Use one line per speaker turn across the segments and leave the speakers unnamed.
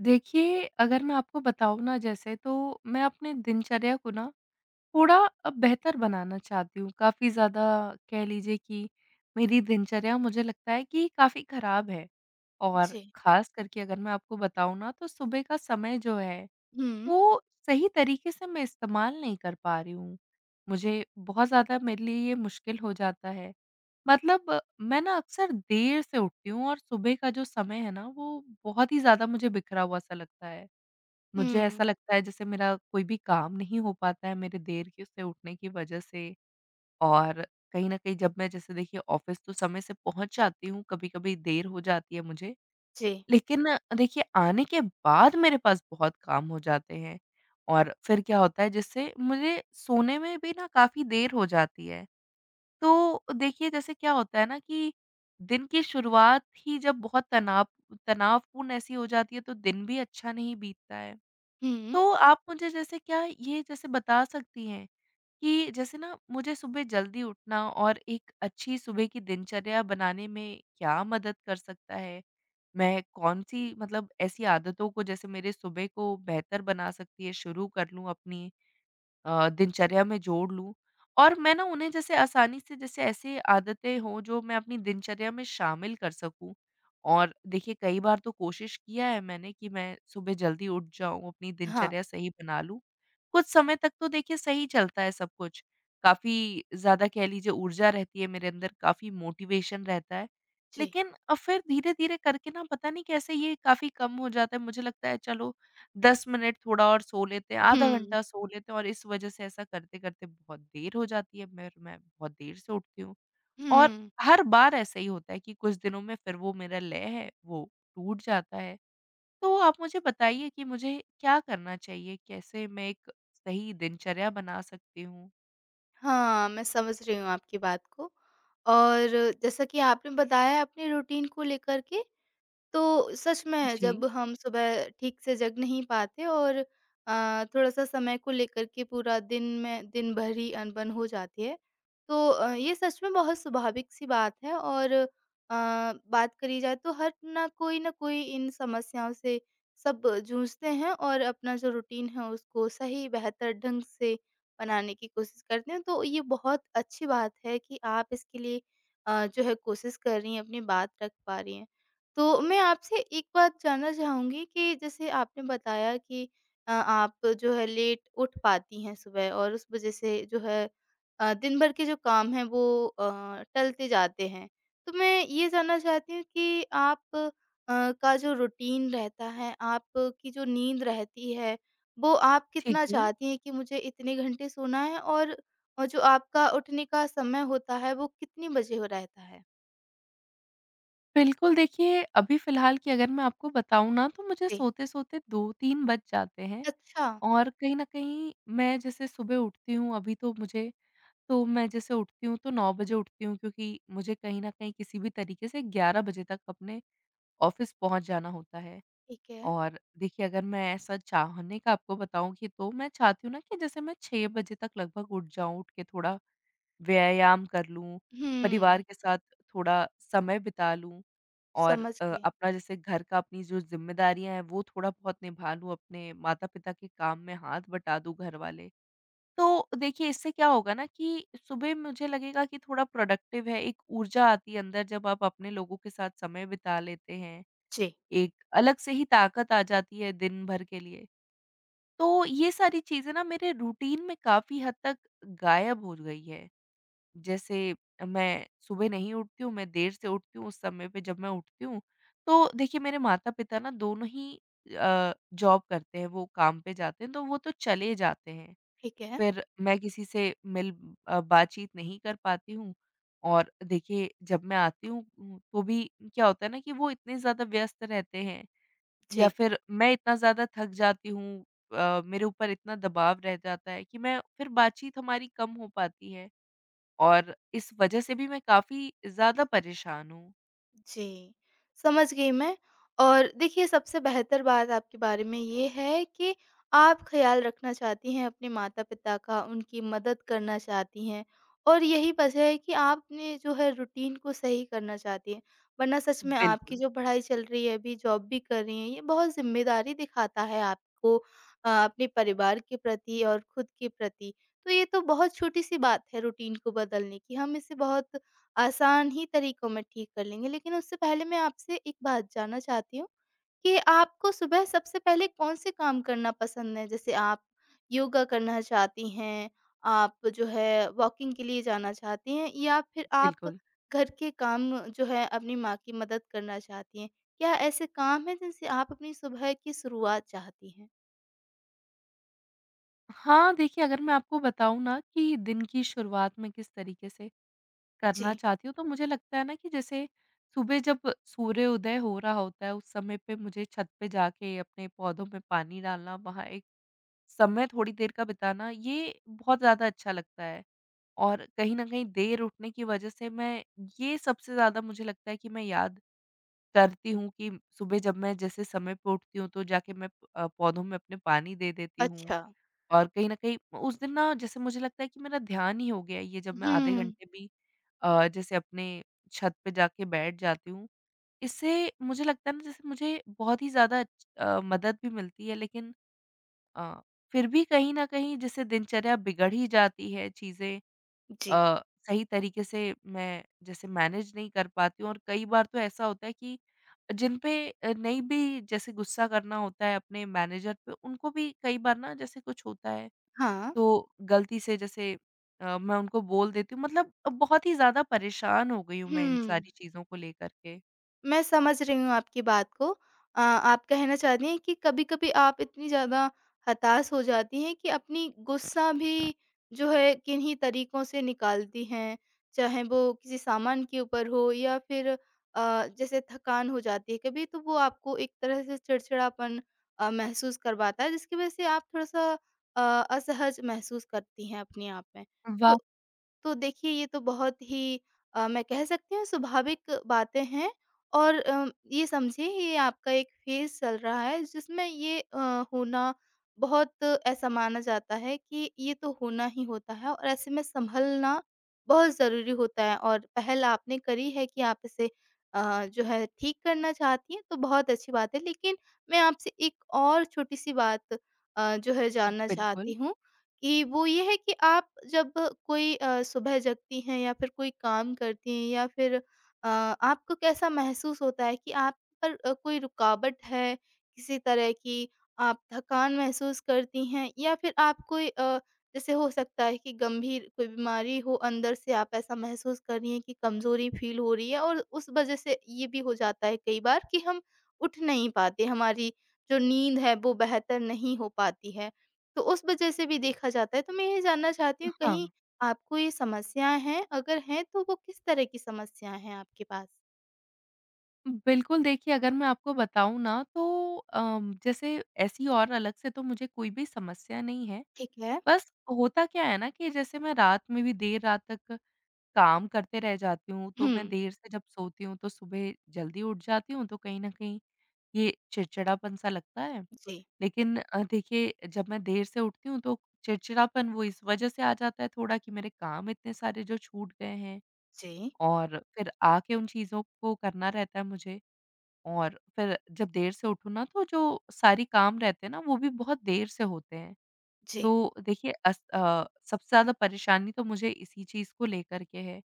देखिए, अगर मैं आपको बताऊँ ना जैसे तो मैं अपने दिनचर्या को ना थोड़ा बेहतर बनाना चाहती हूँ। काफ़ी ज़्यादा कह लीजिए कि मेरी दिनचर्या मुझे लगता है कि काफ़ी ख़राब है। और
जी।
ख़ास करके अगर मैं आपको बताऊँ ना तो सुबह का समय जो है
हुँ,
वो सही तरीके से मैं इस्तेमाल नहीं कर पा रही हूँ। मुझे बहुत ज़्यादा मेरे लिए ये मुश्किल हो जाता है। मतलब मैं ना अक्सर देर से उठती हूँ और सुबह का जो समय है ना वो बहुत ही ज़्यादा मुझे बिखरा हुआ सा लगता है। मुझे ऐसा
हुँ।
लगता है जैसे मेरा कोई भी काम नहीं हो पाता है मेरे देर के से उठने की वजह से। और कहीं न कहीं जब मैं जैसे देखिए ऑफ़िस तो समय से पहुँच जाती हूँ, कभी-कभी देर हो जाती है मुझे।
जी।
लेकिन देखिए आने के बाद मेरे पास बहुत काम हो जाते हैं और फिर क्या होता है जिससे मुझे सोने में भी ना काफ़ी देर हो जाती है। तो देखिए जैसे क्या होता है ना कि दिन की शुरुआत ही जब बहुत तनावपूर्ण ऐसी हो जाती है तो दिन भी अच्छा नहीं बीतता है।
हुँ।
तो आप मुझे जैसे क्या ये जैसे बता सकती हैं कि जैसे ना मुझे सुबह जल्दी उठना और एक अच्छी सुबह की दिनचर्या बनाने में क्या मदद कर सकता है? मैं कौन-सी मतलब ऐसी आदतों को जैसे मेरे सुबह को बेहतर बना सकती है, शुरू कर लूँ अपनी? दिनचर्या में जोड़ लूँ। और मैं ना उन्हें जैसे आसानी से जैसे ऐसी आदतें हों जो मैं अपनी दिनचर्या में शामिल कर सकूँ। और देखिए कई बार तो कोशिश किया है मैंने कि मैं सुबह जल्दी उठ जाऊँ, अपनी
हाँ,
दिनचर्या सही बना लूँ। कुछ समय तक तो देखिए सही चलता है सब कुछ, काफ़ी ज़्यादा कह लीजिए ऊर्जा रहती है मेरे अंदर, काफ़ी मोटिवेशन रहता है।
जी।
लेकिन फिर धीरे-धीरे करके ना पता नहीं कैसे ये काफ़ी कम हो जाता है, मुझे लगता है चलो 10 मिनट थोड़ा और सो लेते हैं, आधा
हुँ,
घंटा सो लेते हैं, और इस वज़ह से ऐसा करते-करते बहुत देर हो जाती है, मैं बहुत देर से उठती हूँ। और
हुँ।
हर बार ऐसा ही होता है कि कुछ दिनों में फिर वो मेरा लय है, वो टूट जाता है। तो आप मुझे बताइए कि मुझे क्या करना चाहिए? कैसे मैं एक सही दिनचर्या बना सकती हूँ?
हाँ, मैं समझ रही हूँ आपकी बात को। और जैसा कि आपने बताया अपने रूटीन को लेकर के, तो सच में
जी,
जब हम सुबह ठीक से जग नहीं पाते और थोड़ा-सा समय को लेकर के पूरा दिन में दिन भर ही अनबन हो जाती है। तो ये सच में बहुत स्वाभाविक-सी बात है। और बात करी जाए तो हर ना कोई इन समस्याओं से सब जूझते हैं, और अपना जो रूटीन है उसको सही बेहतर ढंग से बनाने की कोशिश करते हैं। तो ये बहुत अच्छी बात है कि आप इसके लिए जो है कोशिश कर रही हैं, अपनी बात रख पा रही हैं। तो मैं आपसे एक बात जानना चाहूँगी कि जैसे आपने बताया कि आप जो है लेट उठ पाती हैं सुबह, और उस वज़ह से जो है दिन भर के जो काम हैं वो टलते जाते हैं। तो मैं ये जानना चाहती हूँ कि आप का जो रूटीन रहता है, आपकी जो नींद रहती है, वो आप
ठीक
कितना
है।
चाहती हैं कि मुझे इतने घंटे सोना है, और जो आपका उठने का समय होता है वो कितने बजे हो रहता है?
बिल्कुल, देखिए अभी फ़िलहाल की अगर मैं आपको बताऊँ ना तो मुझे
जी।
सोते-सोते 2-3 बज जाते हैं।
अच्छा,
और कहीं न कहीं मैं जैसे सुबह उठती हूँ, अभी तो मुझे, तो मैं जैसे उठती हूँ तो 9 बजे उठती हूँ, क्योंकि मुझे कहीं न कहीं किसी भी तरीके से 11 बजे तक अपने ऑफ़िस पहुँच जाना होता है।
ठीक है।
और देखिए अगर मैं ऐसा चाहने का आपको बताऊँ कि तो मैं चाहती हूँ ना कि जैसे मैं 6 बजे तक लगभग उठ जाऊँ, उठ के थोड़ा व्यायाम कर लूँ, परिवार
हुँ।
के साथ थोड़ा समय बिता लूँ, और
समझ गई।
अपना जैसे घर का अपनी जो ज़िम्मेदारियाँ हैं वो थोड़ा-बहुत निभा लूँ, अपने माता-पिता के काम में हाथ बटा दूँ घर वाले। तो देखिए इससे क्या होगा ना कि सुबह मुझे लगेगा कि थोड़ा प्रोडक्टिव है, एक ऊर्जा आती है अंदर जब आप अपने लोगों के साथ समय बिता लेते हैं,
जी,
एक अलग से ही ताकत आ जाती है दिन भर के लिए। तो ये सारी चीज़ें ना मेरे रूटीन में काफ़ी हद तक गायब हो गई है। जैसे मैं सुबह नहीं उठती हूँ, मैं देर से उठती हूँ, उस समय पे जब मैं उठती हूँ, तो देखिए मेरे माता-पिता ना दोनों ही जॉब करते हैं, वो काम पे जाते हैं, तो वो तो चले जाते हैं।
ठीक है।
फिर मैं किसी से बातचीत नहीं कर पाती हूँ। और देखिए जब मैं आती हूँ, तो भी क्या होता है ना कि वो इतने ज़्यादा व्यस्त रहते हैं, या
जी।
फिर मैं इतना ज़्यादा थक जाती हूँ, मेरे ऊपर इतना दबाव रह जाता है कि मैं फिर बातचीत हमारी कम हो पाती है, और इस वजह से भी मैं काफ़ी ज़्यादा परेशान हूँ।
जी, समझ गई मैं। और देखिए सबसे बेहतर बात आपके बारे में ये है कि आप ख़्याल रखना चाहती हैं अपने माता-पिता का, उनकी मदद करना चाहती हैं, और यही वजह है कि आप अपने जो है रूटीन को सही करना चाहती हैं। वरना सच में आपकी
बिल्कुल,
जो पढ़ाई चल रही है अभी, जॉब भी कर रही हैं, ये बहुत ज़िम्मेदारी दिखाता है आपको अपने परिवार के प्रति और खुद के प्रति। तो ये तो बहुत छोटी-सी बात है रूटीन को बदलने की, हम इसे बहुत आसान ही तरीकों में ठीक कर लेंगे। लेकिन उससे पहले मैं आपसे एक बात जानना चाहती हूँ कि आपको सुबह सबसे पहले कौन-से काम करना पसंद है? जैसे आप योगा करना चाहती हैं, आप जो है वॉकिंग के लिए जाना चाहती हैं, या फिर आप
बिल्कुल।
घर के काम जो है अपनी माँ की मदद करना चाहती हैं? क्या ऐसे काम हैं जिनसे आप अपनी सुबह की शुरुआत चाहती हैं?
हाँ, देखिए अगर मैं आपको बताऊँ ना कि दिन की शुरुआत में किस तरीके से करना
जी।
चाहती हूँ, तो मुझे लगता है ना कि जैसे सुबह जब सूर्य उदय हो रहा होता है, उस समय पे मुझे छत पे जाके अपने पौधों में पानी डालना, वहाँ एक समय थोड़ी देर का बिताना, ये बहुत ज़्यादा अच्छा लगता है। और कहीं न कहीं देर उठने की वजह से मैं ये सबसे ज़्यादा मुझे लगता है कि मैं याद करती हूँ कि सुबह जब मैं जैसे समय पे उठती हूँ, तो जाके मैं पौधों में अपने पानी दे देती हूँ।
अच्छा।
और कहीं न कहीं उस दिन ना जैसे मुझे लगता है कि मेरा ध्यान ही हो गया है ये जब मैं आधे
हुँ।
घंटे भी जैसे अपने छत पे जाके बैठ जाती हूँ। इससे मुझे लगता है ना जैसे मुझे बहुत ही ज़्यादा मदद भी मिलती है, लेकिन अ, फिर भी कहीं न कहीं जैसे दिनचर्या बिगड़ ही जाती है, चीज़ें
जी।
अ, सही तरीके से मैं जैसे मैनेज नहीं कर पाती हूँ, और कई बार तो ऐसा होता है कि जिन पे नहीं भी जैसे गुस्सा करना होता है अपने मैनेजर पे, उनको भी कई बार ना जैसे कुछ होता है,
हाँ।
तो गलती से जैसे मैं उनको बोल देती हूँ, मतलब बहुत ही ज़्यादा परेशान हो गई हूँ मैं इन
हुँ।
सारी चीज़ों को लेकर के।
मैं समझ रही हूँ आपकी बात को। आप कहना चाहती हैं कि कभी-कभी आप इतनी ज़्यादा हताश हो जाती हैं कि अपनी गुस्सा भी जो है किन्हीं तरीकों से निकालती हैं। चाहे वो किसी सामान के ऊपर हो, या फिर अ, जैसे थकान हो जाती है कभी, तो वो आपको एक तरह से चिड़चिड़ापन महसूस करवाता है, जिसकी वज़ह से आप थोड़ा-सा अ, असहज महसूस करती हैं अपने आप में। तो
वाह!
देखिए ये तो बहुत ही मैं कह सकती हूँ स्वाभाविक बातें हैं। और ये समझिए ये आपका एक फेज़ चल रहा है जिसमें ये होना बहुत ऐसा माना जाता है कि ये तो होना ही होता है, और ऐसे में सँभलना बहुत ज़रूरी होता है, और पहल आपने करी है कि आप इसे जो है ठीक करना चाहती हैं, तो बहुत अच्छी बात है। लेकिन मैं आपसे एक और छोटी-सी बात जो है जानना
बिल्कुल।
चाहती हूँ, कि वो ये है कि आप जब कोई सुबह जगती हैं या फिर कोई काम करती हैं, या फिर आपको कैसा महसूस होता है कि आप पर कोई रुकावट है किसी तरह की? आप थकान महसूस करती हैं, या फिर आप कोई जैसे हो सकता है कि गंभीर कोई बीमारी हो, अंदर से आप ऐसा महसूस कर रही हैं कि कमज़ोरी फ़ील हो रही है, और उस वज़ह से ये भी हो जाता है कई बार कि हम उठ नहीं पाते, हमारी जो नींद है वो बेहतर नहीं हो पाती है। तो उस वजह से भी देखा जाता है। तो मैं ये जानना चाहती हूँ, कहीं
हाँ,
आपको ये समस्याएँ हैं? अगर हैं तो वो किस तरह की समस्याएँ हैं आपके पास?
बिल्कुल देखिए अगर मैं आपको बताऊँ ना तो जैसे ऐसी और अलग से तो मुझे कोई भी समस्या नहीं है।
ठीक है।
बस होता क्या है ना कि जैसे मैं रात में भी देर रात तक काम करते रह जाती हूँ,
हुँ।
तो मैं देर से जब सोती हूँ तो सुबह जल्दी उठ जाती हूँ, तो कहीं न कहीं ये चिड़चिड़ापन सा लगता है।
जी।
लेकिन देखिए जब मैं देर से उठती हूँ तो चिड़चिड़ापन वो इस वजह से आ जाता है थोड़ा कि मेरे काम इतने सारे जो छूट गए हैं,
जी,
और फिर आके उन चीज़ों को करना रहता है मुझे, और फिर जब देर से उठूँ ना तो जो सारी काम रहते हैं ना वो भी बहुत देर से होते हैं।
जी।
तो देखिए सबसे ज़्यादा परेशानी तो मुझे इसी चीज़ को लेकर के है।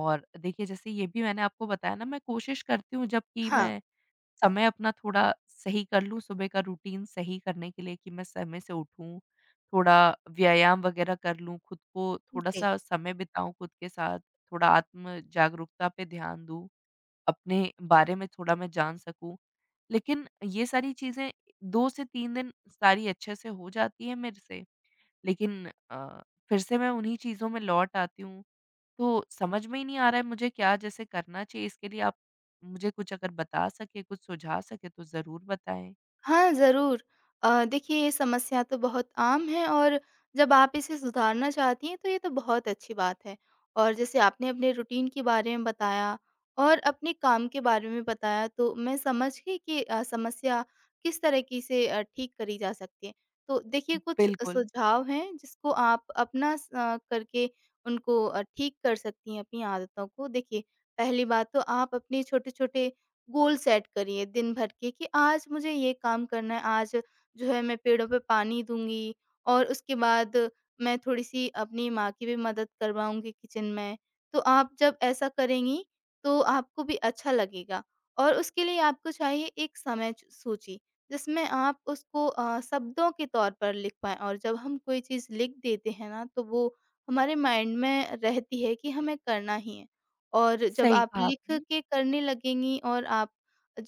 और देखिए जैसे ये भी मैंने आपको बताया ना मैं कोशिश करती हूँ जबकि
हाँ,
मैं समय अपना थोड़ा सही कर लूँ, सुबह का रूटीन सही करने के लिए कि मैं समय से उठूँ, थोड़ा व्यायाम वगैरह कर लूँ, खुद को
जी।
थोड़ा-सा समय बिताऊँ खुद के साथ, थोड़ा आत्म जागरूकता पे ध्यान दूँ, अपने बारे में थोड़ा मैं जान सकूँ। लेकिन ये सारी चीज़ें 2 से 3 दिन सारी अच्छे से हो जाती हैं मेरे से, लेकिन अ, फिर से मैं उन्हीं चीज़ों में लौट आती हूँ। तो समझ में ही नहीं आ रहा है मुझे क्या जैसे करना चाहिए, इसके लिए आप मुझे कुछ अगर बता सकें, कुछ सुझा सकें तो ज़रूर बताएँ।
हाँ, ज़रूर। देखिए ये समस्या तो बहुत आम है, और जब आप इसे सुधारना चाहती हैं तो ये तो बहुत अच्छी बात है। और जैसे आपने अपने रूटीन के बारे में बताया और अपने काम के बारे में बताया, तो मैं समझ गई कि समस्या किस तरीके से ठीक करी जा सकती है। तो देखिए कुछ
बिल्कुल,
सुझाव हैं जिसको आप अपना करके उनको ठीक कर सकती हैं अपनी आदतों को। देखिए पहली बात तो आप अपने छोटे-छोटे गोल सेट करिए दिन भर के कि आज मुझे ये काम करना है, आज जो है मैं पेड़ों पे पानी दूँगी, और उसके बाद मैं थोड़ी-सी अपनी माँ की भी मदद करवाऊँगी किचन में। तो आप जब ऐसा करेंगी, तो आपको भी अच्छा लगेगा, और उसके लिए आपको चाहिए एक समय च सूची, जिसमें आप उसको शब्दों के तौर पर लिख पाएँ। और जब हम कोई चीज़ लिख देते हैं ना, तो वो हमारे माइंड में रहती है कि हमें करना ही है। और जब
सही
आप
कहा
लिख
आपने।
के करने लगेंगी, और आप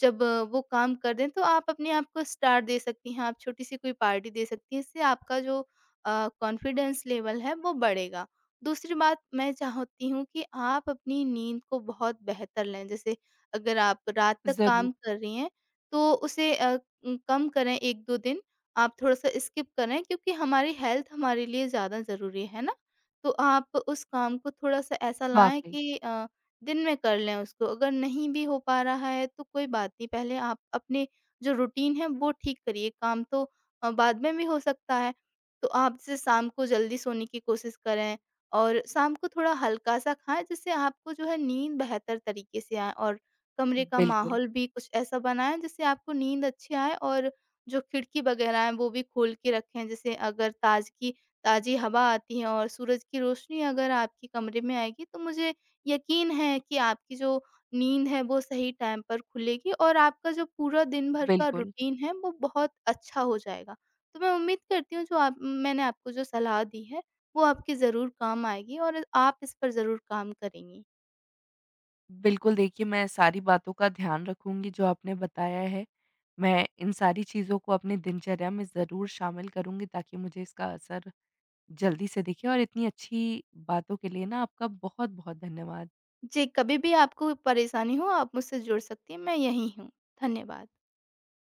जब वो काम कर दें, तो आप अपने आप को स्टार दे सकती हैं, आप छोटी-सी कोई पार्टी दे सकती हैं, इससे आपका जो कॉन्फिडेंस लेवल है, वो बढ़ेगा। दूसरी बात, मैं चाहती हूँ कि आप अपनी नींद को बहुत बेहतर लें। जैसे अगर आप रात तक
ज़रूर,
काम कर रही हैं, तो उसे कम करें 1-2 दिन, आप थोड़ा-सा स्किप करें, क्योंकि हमारी हेल्थ हमारे लिए ज़्यादा ज़रूरी है ना? तो आप उस काम को थोड़ा-सा ऐसा लाएँ
वाक़ई।
कि दिन में कर लें उसको। अगर नहीं भी हो पा रहा है तो कोई बात नहीं, पहले आप अपने जो रूटीन है वो ठीक करिए, काम तो बाद में भी हो सकता है। तो आप जैसे शाम को जल्दी सोने की कोशिश करें, और शाम को थोड़ा हल्का-सा खाएँ जिससे आपको जो है नींद बेहतर तरीके से आए, और कमरे का
बिल्कुल,
माहौल भी कुछ ऐसा बनाएँ जिससे आपको नींद अच्छी आए, और जो खिड़की वगैरह हैं वो भी खोल के रखें। जैसे अगर ताज़गी ताज़ी हवा आती है और सूरज की रोशनी अगर आपके कमरे में आएगी, तो मुझे यकीन है कि आपकी जो नींद है वो सही टाइम पर खुलेगी, और आपका जो पूरा दिन भर का
बिल्कुल।
रूटीन है वो बहुत अच्छा हो जाएगा। तो मैं उम्मीद करती हूँ जो आप मैंने आपको जो सलाह दी है वो आपके ज़रूर काम आएगी, और आप इस पर ज़रूर काम करेंगी।
बिल्कुल, देखिए मैं सारी बातों का ध्यान रखूँगी जो आपने बताया है। मैं इन सारी चीज़ों को अपनी दिनचर्या में ज़रूर शामिल करूँगी ताकि मुझे इसका असर जल्दी से दिखे, और इतनी अच्छी बातों के लिए ना आपका बहुत-बहुत धन्यवाद।
जी, कभी भी आपको परेशानी हो आप मुझसे जुड़ सकती हैं, मैं यहीं हूँ। धन्यवाद।